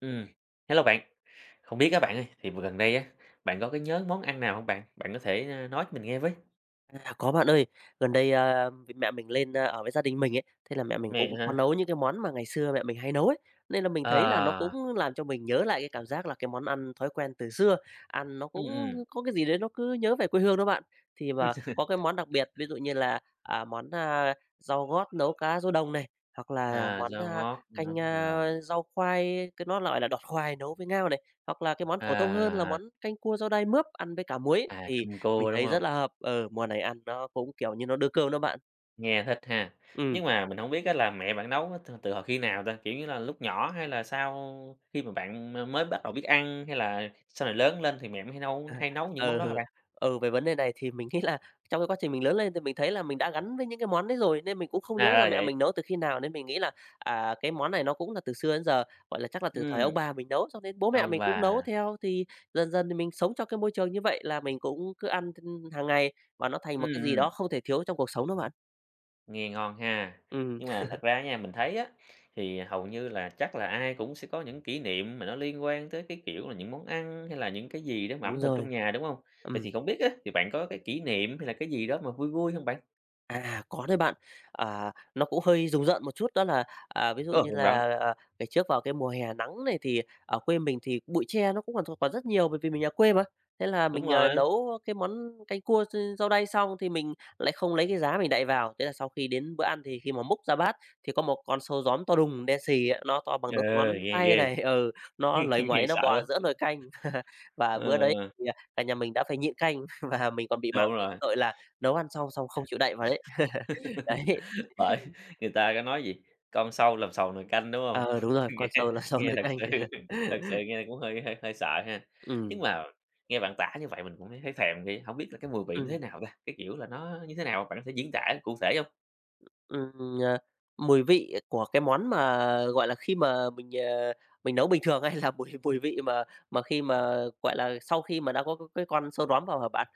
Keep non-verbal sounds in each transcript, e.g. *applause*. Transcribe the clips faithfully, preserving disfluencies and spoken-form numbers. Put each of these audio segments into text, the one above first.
Ừm, hello bạn. Không biết các bạn ơi, thì vừa gần đây á, bạn có cái nhớ món ăn nào không bạn? Bạn có thể, a, nói cho mình nghe với. À, có bạn ơi. Gần đây, à, vì mẹ mình lên, a, ở với gia đình mình ấy, thế là mẹ mình Mẹ. cũng có Ha. nấu những cái món mà ngày xưa mẹ mình hay nấu ấy, nên là mình thấy là nó Ờ. cũng làm cho mình nhớ lại cái cảm giác là cái món ăn thói quen từ xưa, ăn nó Ừm, cũng ừm. có cái gì đấy nó cứ nhớ về quê hương đó bạn. Thì mà có cái *laughs* món đặc biệt, ví dụ như là, à, món, a, rau gót nấu cá rô đồng này, hoặc là À, món, rau a, ngót, rau canh, ngót đầu. a, rau khoai, cái nó gọi là đọt khoai nấu với ngao này, hoặc là cái món phổ thông hơn là À, món canh cua rau đay mướp ăn với cả muối. à, Thì canh mình cua, đúng thấy không? rất là hợp, ừ, mùa này ăn nó cũng, kiểu như, nó đưa cơm đó bạn. Nghe thích ha. ừ Nhưng mà mình không biết á là mẹ bạn nấu á từ từ hồi khi nào ta? Kiểu như là lúc nhỏ hay là sau khi mà bạn mới bắt đầu biết ăn, hay là sau này lớn lên thì mẹ mới hay nấu à, hay nấu *laughs* những món đó hả ừ, bạn? ừ, về vấn đề này thì mình nghĩ là trong cái quá trình mình lớn lên thì mình thấy là mình đã gắn với những cái món đấy rồi, nên mình cũng không À, nhớ ra là là mẹ vậy. mình nấu từ khi nào, nên mình nghĩ là, à, cái món này nó cũng là từ xưa đến giờ, gọi là, chắc là từ thời Ừ. ông bà mình nấu xong đến bố mẹ Ông mình cũng bà. nấu theo, thì dần dần thì mình sống trong cái môi trường như vậy là mình cũng cứ ăn, hàng ngày và nó thành Ừ. một cái gì Ừm. đó không thể thiếu trong cuộc sống đó bạn. Nghe ngon ha. Ừm. Nhưng mà thật ra nha, mình thấy á, thì hầu như là chắc là ai cũng sẽ có những kỷ niệm mà nó liên quan tới cái, kiểu là, những món ăn hay là những cái gì đó mà ẩm Đúng thực trong rồi. nhà, đúng không? Vậy Ừ. thì không biết á, thì bạn có cái kỷ niệm hay là cái gì đó mà vui vui không bạn? À, có đấy bạn. À, nó cũng hơi rùng rợn một chút đó là, à, ví dụ Ờ, như đúng rồi, là, à, ngày trước vào cái mùa hè nắng này thì ở quê mình thì bụi tre nó cũng còn còn rất nhiều bởi vì mình nhà quê mà. Thế là đúng mình, ờ, rồi, nấu cái món canh cua x rau đay xong thì mình lại không lấy cái giá mình đậy vào. Thế là sau khi đến bữa ăn thì khi mà múc ra bát thì có một con sâu gióm to đùng đen xì á, nó to bằng ờ, đốt ngón nghe tay ghê. này, *laughs* ừ, nó loáy *laughs* Nghe ngoáy nó sợ bò giữa quá. nồi canh. *laughs* Và bữa Ờ, đấy thì, à, cả nhà mình đã phải nhịn canh *laughs* và mình còn bị mắng đúng về cái rồi. tội là nấu ăn xong xong không chịu đậy vào đấy. *laughs* Đấy. Bởi *laughs* người ta có nói gì, "Con sâu làm sầu nồi canh", đúng không? Ờ, đúng *laughs* rồi, Nghe con sâu là sâu nghe nới thật canh. sự *laughs* thật sự *laughs* nghe cũng hơi hơi hơi sợ ha. Nhưng Ừm, mà nghe bạn tả như vậy mình cũng thấy thèm đi, không biết là cái mùi vị nó thế ừm, nào ta? Cái kiểu là nó như thế nào? Bạn sẽ diễn tả cụ thể không? ừm, ờ, mùi vị của cái món mà, gọi là, khi mà mình, ờ, mình nấu bình thường hay là *laughs* mùi mùi vị mà mà khi mà, gọi là, sau khi mà đã có cái con sâu đóm vào hả bạn?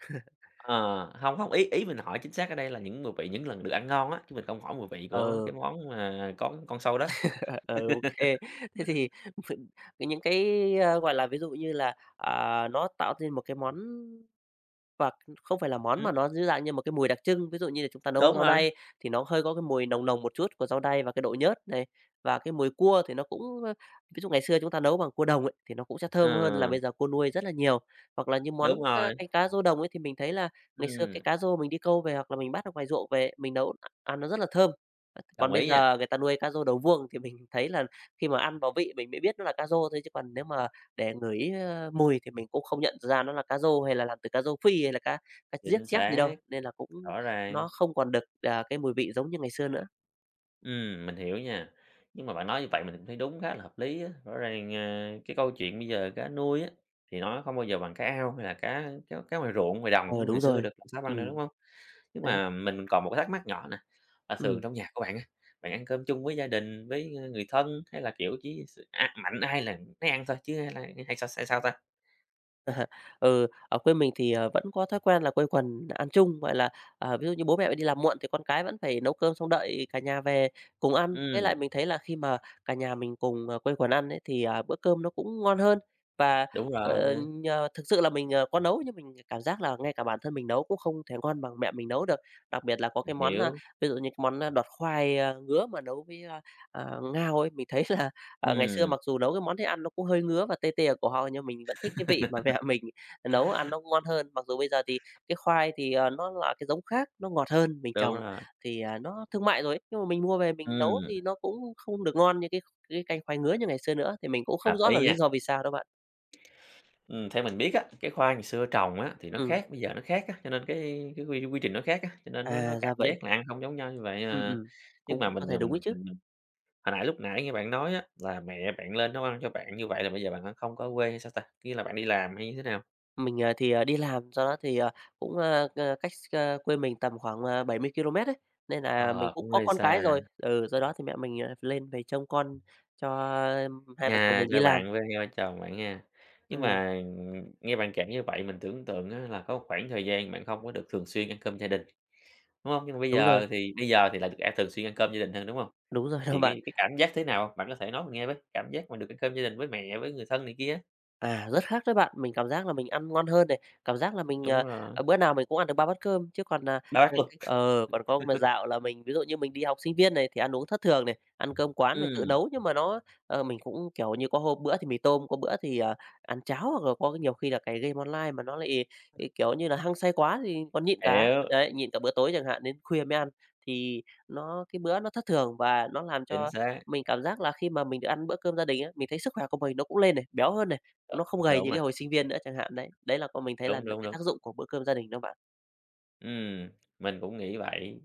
Ờ, không hông, ý ý mình hỏi chính xác ở đây là những mùi vị những lần được ăn ngon á, chứ mình không hỏi mùi vị của ờ cái món mà có con sâu đó. *laughs* ờ ok. Thế thì *laughs* cái- những cái, ơ, gọi là, ví dụ như là, à, nó tạo nên một cái món. Và không phải là món Ừm, mà nó dưới dạng như một cái mùi đặc trưng, ví dụ như là chúng ta nấu đúng rau rồi, đay thì nó hơi có cái mùi nồng nồng một chút của rau đay và cái độ nhớt này, và cái mùi cua thì nó cũng, ơ ví dụ ngày xưa chúng ta nấu bằng cua đồng ấy, thì nó cũng sẽ ờ, thơm hơn là bây giờ cua nuôi rất là nhiều. Hoặc là như món, đúng a, rồi, canh cá rô đồng ấy thì mình thấy là ngày xưa ừm, cái cá rô mình đi câu về hoặc là mình bắt ở ngoài ruộng về, mình nấu ăn nó rất là thơm. đồng Còn bây ý nha, giờ người ta nuôi cá rô đầu vuông thì mình thấy là khi mà ăn vào vị mình mới biết nó là cá rô thôi, chứ còn nếu mà để ngửi, ơ, mùi thì mình cũng không nhận ra nó là cá rô hay là làm từ cá rô phi hay là cá cá giếc chính chép gì đâu, xác, nên là cũng rõ ràng. nó không còn được, à, cái mùi vị giống như ngày xưa nữa. Ừm, mình hiểu nha. Nhưng mà bạn nói như vậy mình cũng thấy đúng khá là hợp lý á. Rõ ràng, ờ, cái câu chuyện bây giờ cá nuôi á, thì nó không bao giờ bằng cá ao hay là cá cá cá ngoài ruộng, ngoài đồng của Ờ, ngày đúng xưa rồi. được, làm sao bằng được, đúng Ừm. không? Nhưng Đấy. mà mình còn một cái thắc mắc nhỏ nè, là thường Ừm. trong nhà của bạn á, bạn ăn cơm chung với gia đình, với, ơ, người thân hay là, kiểu, chỉ s a mạnh ai là nấy ăn thôi chứ hay là hay sao hay sao ta? *laughs* Ừ, ở quê mình thì, ờ, vẫn có thói quen là quây quần ăn chung, gọi là, à, ví dụ như bố mẹ đi làm muộn thì con cái vẫn phải nấu cơm xong đợi cả nhà về cùng ăn. Với Ừm, lại mình thấy là khi mà cả nhà mình cùng, ờ, quây quần ăn ấy thì, à, bữa cơm nó cũng ngon hơn. Và, đúng ờ, rồi, nhờ thực sự là mình, ờ, có nấu nhưng mình cảm giác là ngay cả bản thân mình nấu cũng không thể ngon bằng mẹ mình nấu được. Đặc biệt là có mình cái món, a, hiểu. ví dụ như cái món, a, đọt khoai, a, ngứa mà nấu với, a, à, ngao ấy, mình thấy là. Ờ, ngày xưa Ừm, mặc dù nấu cái món thế ăn nó cũng hơi ngứa và tê tê ở cổ họng, nhưng mình vẫn thích cái vị mà *laughs* mẹ mình nấu ăn nó ngon hơn. Mặc dù bây giờ thì cái khoai thì, ờ, nó là cái giống khác, nó ngọt hơn, mình đúng trồng rồi. thì, à, nó thương mại rồi ấy, nhưng mà mình mua về mình nấu Ừm, thì nó cũng không được ngon như cái cái canh khoai ngứa như ngày xưa nữa, thì mình cũng hợp không rõ là lý lý nha. do vì sao đó bạn. Ừm, theo mình biết á, cái khoai ngày xưa trồng á, thì nó Ừ. khác bây giờ nó khác á, cho nên cái cái quy quy trình nó khác á, cho nên nó nó À, cảm ra vậy. giác là ăn không giống nhau như vậy ừ à. ừm, Nhưng mà cũng mình, có thể à, đúng mình ấy chứ. mình mình hồi nãy lúc nãy nghe bạn nói á, là mẹ bạn lên nấu ăn cho bạn như vậy là bây giờ bạn ăn không có ở quê hay sao ta? Nghĩa là bạn đi làm hay như thế nào? Mình, ờ, thì, ờ, đi làm, do đó thì, ờ, cũng, ơ, ơ, cách x quê mình tầm khoảng, ờ, bảy mươi ki-lô-mét ấy, nên là mình Ờ, cũng cũng có hơi con xa, cái rồi. Ừ, do đó thì mẹ mình, ờ, lên về trông con cho ờ, hai vợ chồng nhà mình đi cho làm. bạn với cho chồng bạn nha. Nhưng Ừm, mà, nghe bạn kể như vậy mình tưởng tượng á, là có một khoảng thời gian bạn không có được thường xuyên ăn cơm gia đình, đúng không? Nhưng mà bây đúng rồi, giờ thì bây giờ thì lại được ăn thường xuyên ăn cơm gia đình hơn, đúng không? đúng rồi đó Thì bạn. cái cái cảm giác thế nào? Bạn có thể nói mình nghe với, cảm giác mà được ăn cơm gia đình với mẹ, với người thân này kia á. À, rất khác đấy bạn. Mình cảm giác là mình ăn ngon hơn này, cảm giác là mình, Đúng ờ, rồi, ờ, bữa nào mình cũng ăn được ba bát cơm, chứ còn, là bao quát ờ, cái luôn. ờ, còn có mà dạo là mình ví dụ như mình đi học sinh viên này thì ăn uống thất thường này, ăn cơm quán rồi tự Ừm, nấu, nhưng mà nó ờ, mình cũng, kiểu như, có hôm bữa thì mì tôm, có bữa thì, ờ, ăn cháo, hoặc là có nhiều khi là cái game online mà nó lại, cái kiểu như là, hăng say quá thì còn nhịn cả. hiểu, Đấy, nhịn cả bữa tối chẳng hạn, đến khuya mới ăn, thì nó cái bữa nó thất thường và nó làm chính cho xác, mình cảm giác là khi mà mình được ăn bữa cơm gia đình á, mình thấy sức khỏe của mình nó cũng lên này, béo hơn này. đ Nó không gầy đúng như cái rồi, hồi sinh viên nữa chẳng hạn đấy. Đấy là con mình thấy là đúng, đúng, cái đúng. tác dụng của bữa cơm gia đình đó bạn. Ừm, mình cũng nghĩ vậy,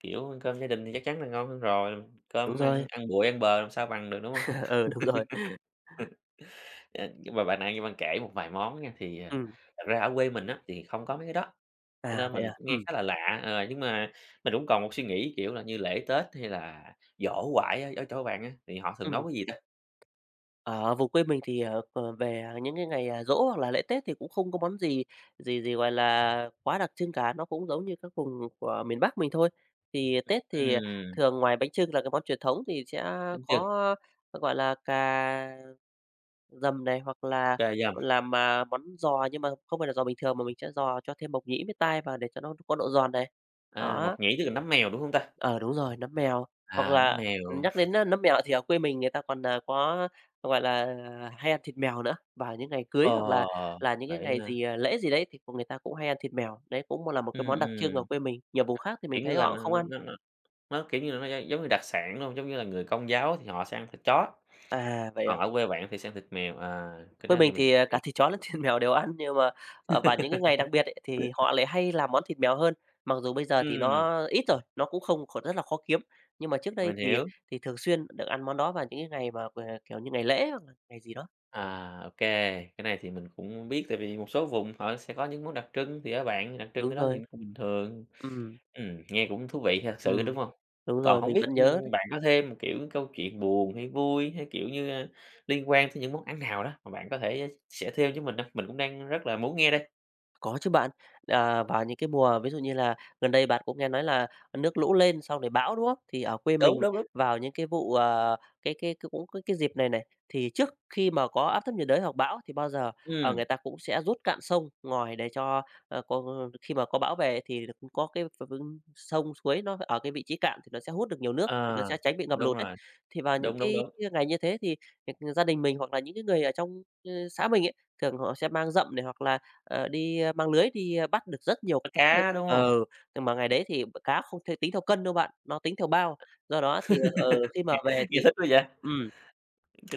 kiểu, ăn cơm gia đình thì chắc chắn là ngon hơn rồi, Đúng cơm ăn rồi, ăn bụi ăn bờ làm sao bằng được, đúng hông? *laughs* ừ, đúng rồi. Ờ, nhưng mà bạn nãy bạn kể một vài món nha, thì, à, Ừm. thật ra ở quê mình á thì không có mấy cái đó, cho À, nên vậy mình à? cũng nghe Ừm. khá là lạ, ờ, nhưng mà mình cũng còn một suy nghĩ, kiểu là, như lễ Tết hay là giỗ ngoại á, ở chỗ bạn á, thì họ thường nấu Ừm. cái gì ta? Ở vùng quê mình thì, ờ, ờ, về những cái ngày, à, giỗ hoặc là lễ Tết thì cũng không có món gì gì gì, gọi là, quá đặc trưng cả, nó cũng giống như các vùng của miền Bắc mình thôi. Thì Tết thì Ừm, thường ngoài bánh chưng là cái món truyền thống thì sẽ bánh chưng, có, gọi là, cà Dầm này, hoặc là cà dầm, làm, mà món giò nhưng mà không phải là giò bình thường mà mình sẽ giò cho thêm mộc nhĩ với tai vào để cho nó có độ giòn này. à, Đó, mộc nhĩ tức là nấm mèo, đúng hông ta? ờ, đúng rồi, nấm mèo, hoặc À, nấm là mèo, nhắc đến á nấm mèo thì ở quê mình người ta còn, à, có, gọi là, à, hay ăn thịt mèo nữa, vào những ngày cưới hoặc ờ, là là những cái vậy ngày ha. gì, à, lễ gì đấy thì người ta cũng hay ăn thịt mèo. Đấy cũng là một cái Ừm, món đặc trưng ở ừm, quê mình, nhiều vùng khác thì mình kiểu như thấy là, họ cũng nó không nó ăn. nó nó nó, kiểu như là, nó gi giống như đặc sản, đúng hông? Giống như là người Công giáo thì họ sẽ ăn thịt chó, À, vậy còn à? ở quê bạn thì sẽ ăn thịt mèo, à, cái Quê đó thì mình mình thì, à, cả *unintelligible* thịt chó lẫn thịt mèo đều ăn, nhưng mà, ờ, vào những cái ngày đặc biệt ấy, thì họ lại hay làm món thịt mèo hơn. Mặc dù bây giờ thì ừm, nó ít rồi, nó cũng không còn rất là khó kiếm, nhưng mà trước đây mình thì hiểu. thì thường xuyên được ăn món đó vào những cái ngày mà, ờ, kiểu như, ngày lễ hoặc là ngày gì đó. À, ô kê, cái này thì mình cũng biết tại vì một số vùng họ sẽ có những món đặc trưng, thì ở bạn đặc trưng cái Đúng đó thì rồi, nó cũng bình thường. ừm, Ừm, nghe cũng thú vị ha, thật sự, đúng ừm, hông? đúng Còn rồi, hổng mình biết, vẫn nhớ. ưm, bạn có thêm, kiểu, câu chuyện buồn hay vui hay, kiểu như, a, liên quan tới những món ăn nào đó mà bạn có thể sẻ thêm cho mình hông? Mình cũng đang rất là muốn nghe đây. Có chứ bạn. À, vào những cái mùa ví dụ như là gần đây bạn cũng nghe nói là nước lũ lên xong rồi bão, đúng không? Thì ở quê Đúng, mình đúng, đúng. vào những cái vụ, ờ, cái cái cái cũng cái cái dịp này này, thì trước khi mà có áp thấp nhiệt đới hoặc bão thì bao giờ, ở Ừm, người ta cũng sẽ rút cạn sông ngòi để cho, ờ, có khi mà có bão về thì cũng có cái v v sông suối nó ở cái vị trí cạn thì nó sẽ hút được nhiều nước, ờ, thì nó sẽ tránh bị ngập đúng lụt đấy. rồi, Thì vào những đúng, đúng, cái đúng, ngày như thế thì, ờ, gia đình mình hoặc là những cái người ở trong, ơ, xã mình ấy, thường họ sẽ mang dậm này hoặc là ờ, đi, a, mang lưới đi, a, bắt được rất nhiều có cá luôn. cá, đúng hông? Ờ, nhưng mà ngày đấy thì b cá không th tính theo cân đâu bạn, nó tính theo bao. Do đó thì, ờ, khi *laughs* mà Nghe về nghe thì thích quá vậy, ừm.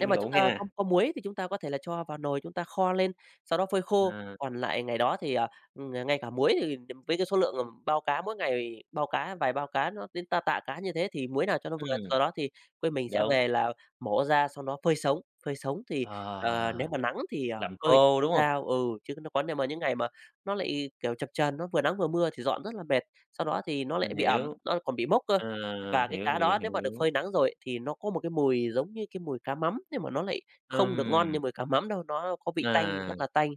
Nếu mà chúng khủng ta ha. có có muối thì chúng ta có thể là cho vào nồi chúng ta kho lên, sau đó phơi khô. Ờ, Còn lại ngày đó thì, à, ừm, ngay cả muối thì với cái số lượng, ừm, bao cá mỗi ngày bao cá, vài bao cá nó đến ta tạ cá như thế thì muối nào cho nó vừa. ừm, Do đó thì quê mình sẽ đúng, về là mổ ra xong đó phơi sống, phơi sống thì, ờ, ờ, nếu mà nắng thì, ờ, làm phơi thì khô, không đúng hông? sao, ừ, chứ nó còn nếu mà những ngày mà nó lại, kiểu, chập chờn, nó vừa nắng vừa mưa thì dọn rất là mệt. Sau đó thì nó Mình lại bị ẩm, hiểu, nó còn bị mốc cơ. ờ, Và cái hiểu, cá hiểu, đó nếu mà được hiểu, phơi nắng rồi thì nó có một cái mùi giống như cái mùi cá mắm, nhưng mà nó lại không được ngon ừm, như mùi cá mắm đâu, nó có vị tanh, à, rất là tanh.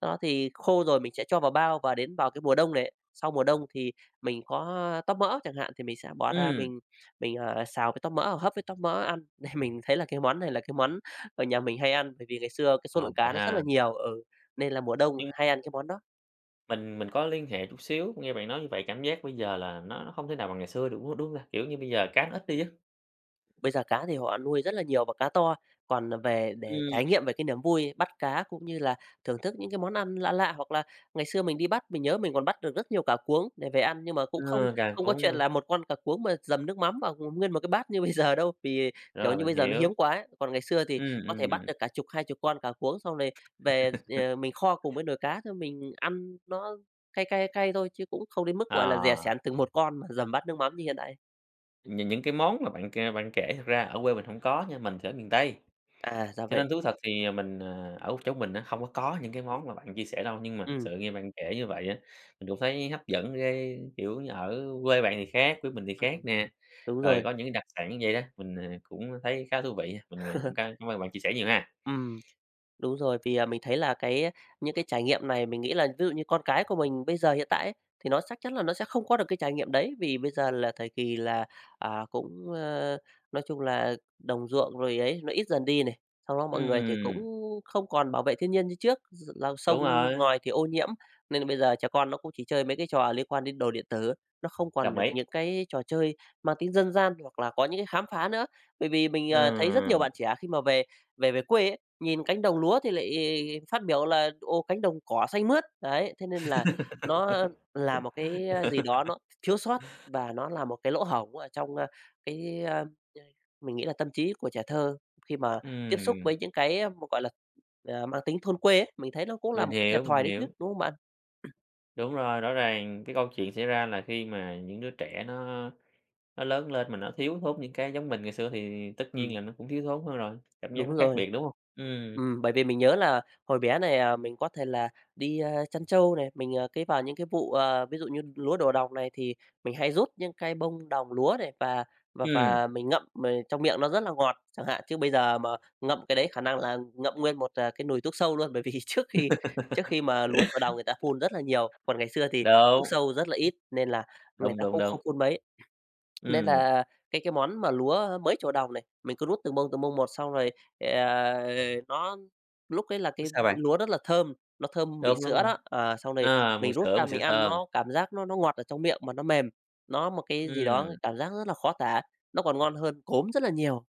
Sau đó thì khô rồi mình sẽ cho vào bao và đến vào cái mùa đông này, sau mùa đông thì mình có tóp mỡ chẳng hạn, thì mình sẽ bỏ ra ừm, mình mình, ờ, xào với tóp mỡ hoặc hấp với tóp mỡ ăn. *laughs* Nên mình thấy là cái món này là cái món ở nhà mình hay ăn, bởi vì ngày xưa cái số ờ, lượng vậy cá nó rất ha. là nhiều, ở nên là mùa đông Nhưng hay ăn cái món đó. Mình mình có liên hệ chút xíu, nghe bạn nói như vậy cảm giác bây giờ là nó nó không thể nào bằng ngày xưa được, đúng đúng là, kiểu như, bây giờ cá nó ít đi á. Bây giờ cá thì họ nuôi rất là nhiều và cá to, còn à, về để Ừm. trải nghiệm về cái niềm vui bắt cá cũng như là thưởng thức những cái món ăn lạ lạ, hoặc là ngày xưa mình đi bắt, mình nhớ mình còn bắt được rất nhiều cá cuống để về ăn, nhưng mà cũng không Ờ, càng không có cuốn chuyện hơn. là một con cá cuống mà dầm nước mắm vào nguyên một cái bát như *laughs* bây giờ đâu, vì, kiểu Rồi, như, mình bây giờ nó hiểu. hiếm quá ấy. Còn ngày xưa thì Ừm, có ừm, thể bắt ừm. được cả chục, hai chục con cá cuống xong rồi về, ờ, mình kho cùng với nồi cá xong mình ăn nó cay cay cay thôi, chứ cũng không đến mức, gọi là, dè Ờ, sén từng một con mà dầm bát nước mắm như hiện nay. nh những cái món mà bạn kê bạn kể thật ra ở quê mình hổng có nha, mình thì ở miền Tây, À, ra cho vậy. nên thú thật thì mình, ờ, ở chỗ mình á, không có có những cái món mà bạn chia sẻ đâu. Nhưng mà thật Ừ, sự nghe bạn kể như vậy á, mình cũng thấy hấp dẫn ghê, kiểu như, ở quê bạn thì khác, quê mình thì khác ừm. nè. Đúng Rồi rồi. có những đặc sản như vậy đó, mình, ờ, cũng thấy khá thú vị. Mình, ờ, cũng cám *laughs* cám ơn bạn chia sẻ nhiều ha. Ừm, đúng rồi, vì, à, mình thấy là cái những cái trải nghiệm này mình nghĩ là ví dụ như con cái của mình bây giờ hiện tại ấy, thì nó chắc chắn là nó sẽ không có được cái trải nghiệm đấy. Vì bây giờ là thời kỳ là, à, cũng, ơ, nói chung là đồng ruộng rồi ấy, nó ít dần đi này, sau đó mọi người thì cũng Ừm, không còn bảo vệ thiên nhiên như trước, d là sông đúng rồi, ngòi thì ô nhiễm, nên bây giờ trẻ con nó cũng chỉ chơi mấy cái trò liên quan đến đồ điện tử, nó không còn đồng được ý. những cái trò chơi mang tính dân gian hoặc là có những cái khám phá nữa. Bởi vì mình, ờ, thấy rất nhiều Ừm, bạn trẻ khi mà về về về quê ấy, nhìn cánh đồng lúa thì lại phát biểu là "ô cánh đồng cỏ xanh mướt." Đấy, thế nên là nó là một cái gì đó nó thiếu sót và nó là một cái lỗ hổng ở trong, a, cái, a, mình nghĩ là tâm trí của trẻ thơ khi mà tiếp xúc ừm, với những cái, à, gọi là, à, mang tính thôn quê ấy, mình thấy nó cũng là mình một cái thiệt hiểu, mình thòi đấy chứ, hiểu. đúng không bạn? Đúng rồi, rõ ràng cái câu chuyện xảy ra là khi mà những đứa trẻ nó nó lớn lên mà nó thiếu thốn những cái giống mình ngày xưa thì tất nhiên Ừm, là nó cũng thiếu thốn hơn rồi, cảm giác nó đúng khác rồi. biệt, đúng không? Ừm, Ừm, bởi vì mình nhớ là hồi bé này, à, mình có thể là đi, a, chăn trâu này, mình, à, cái vào những cái vụ, à, ví dụ như lúa đổ đồng này thì mình hay rút những cái bông đồng lúa này và và ừm, và mình ngậm mà trong miệng nó rất là ngọt chẳng hạn. Chứ bây giờ mà ngậm cái đấy khả năng là ngậm nguyên một, à, cái nồi thuốc sâu luôn, bởi vì *laughs* trước khi trước khi mà lúa đổ đồng người ta phun rất là nhiều, còn ngày xưa thì thuốc đúng, sâu rất là ít nên là người đúng, ta đúng, cũng đúng. không phun mấy. Nên Ừm, là cái cái món mà lúa mấy chục đồng này, mình cứ rút từng bông, từng bông một xong rồi, ờ, nó lúc ấy là cái sao bạn? lúa rất là thơm, nó thơm vị Đúng, đúng sữa rồi, đó. À, xong rồi ờ, mùi mình rút sữa, ra mùi sữa mình ăn thơm. nó cảm giác nó nó ngọt ở trong miệng mà nó mềm, nó một cái gì Ừm, đó cảm giác rất là khó tả, nó còn ngon hơn cốm rất là nhiều.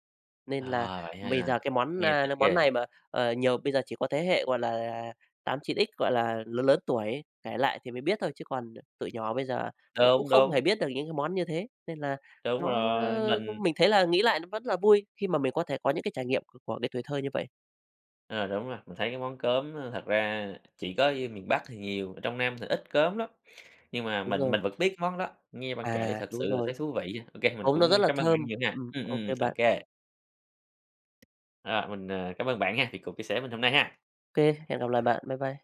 Nên là à, vậy bây giờ ha, cái món, nghe a, thích cái món ghê. này mà, ờ, nhiều bây giờ chỉ có thế hệ, gọi là, tám chín x gọi là, lớn lớn tuổi ấy, kể lại thì mới biết thôi, chứ còn tụi nhỏ bây giờ nó cũng Đúng, không đúng, hề biết được những cái món như thế. Nên là đúng nó rồi, mình mình thấy là nghĩ lại nó vẫn là vui khi mà mình có thể có những cái trải nghiệm của của cái tuổi thơ như vậy. ờ, đúng rồi, mình thấy cái món cơm á thật ra chỉ có ở miền Bắc thì nhiều, ở trong Nam thì ít cơm lắm, nhưng mà Đúng mình rồi. mình vẫn biết cái món đó, nghe bạn kể À, thật sự đúng là thấy rồi, thú vị nha. Ô mình cốm nó rất cũng là cảm ơn bạn thơm. nhiều nha. Ừm, Ừm, ô ừm, kê ô bạn. kê, ờ, mình, ờ, cảm ơn bạn ha vì cuộc chia sẻ mình hôm nay ha. Ô kê, hẹn gặp lại bạn. Bye bye.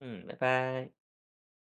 Ừm, bye bye.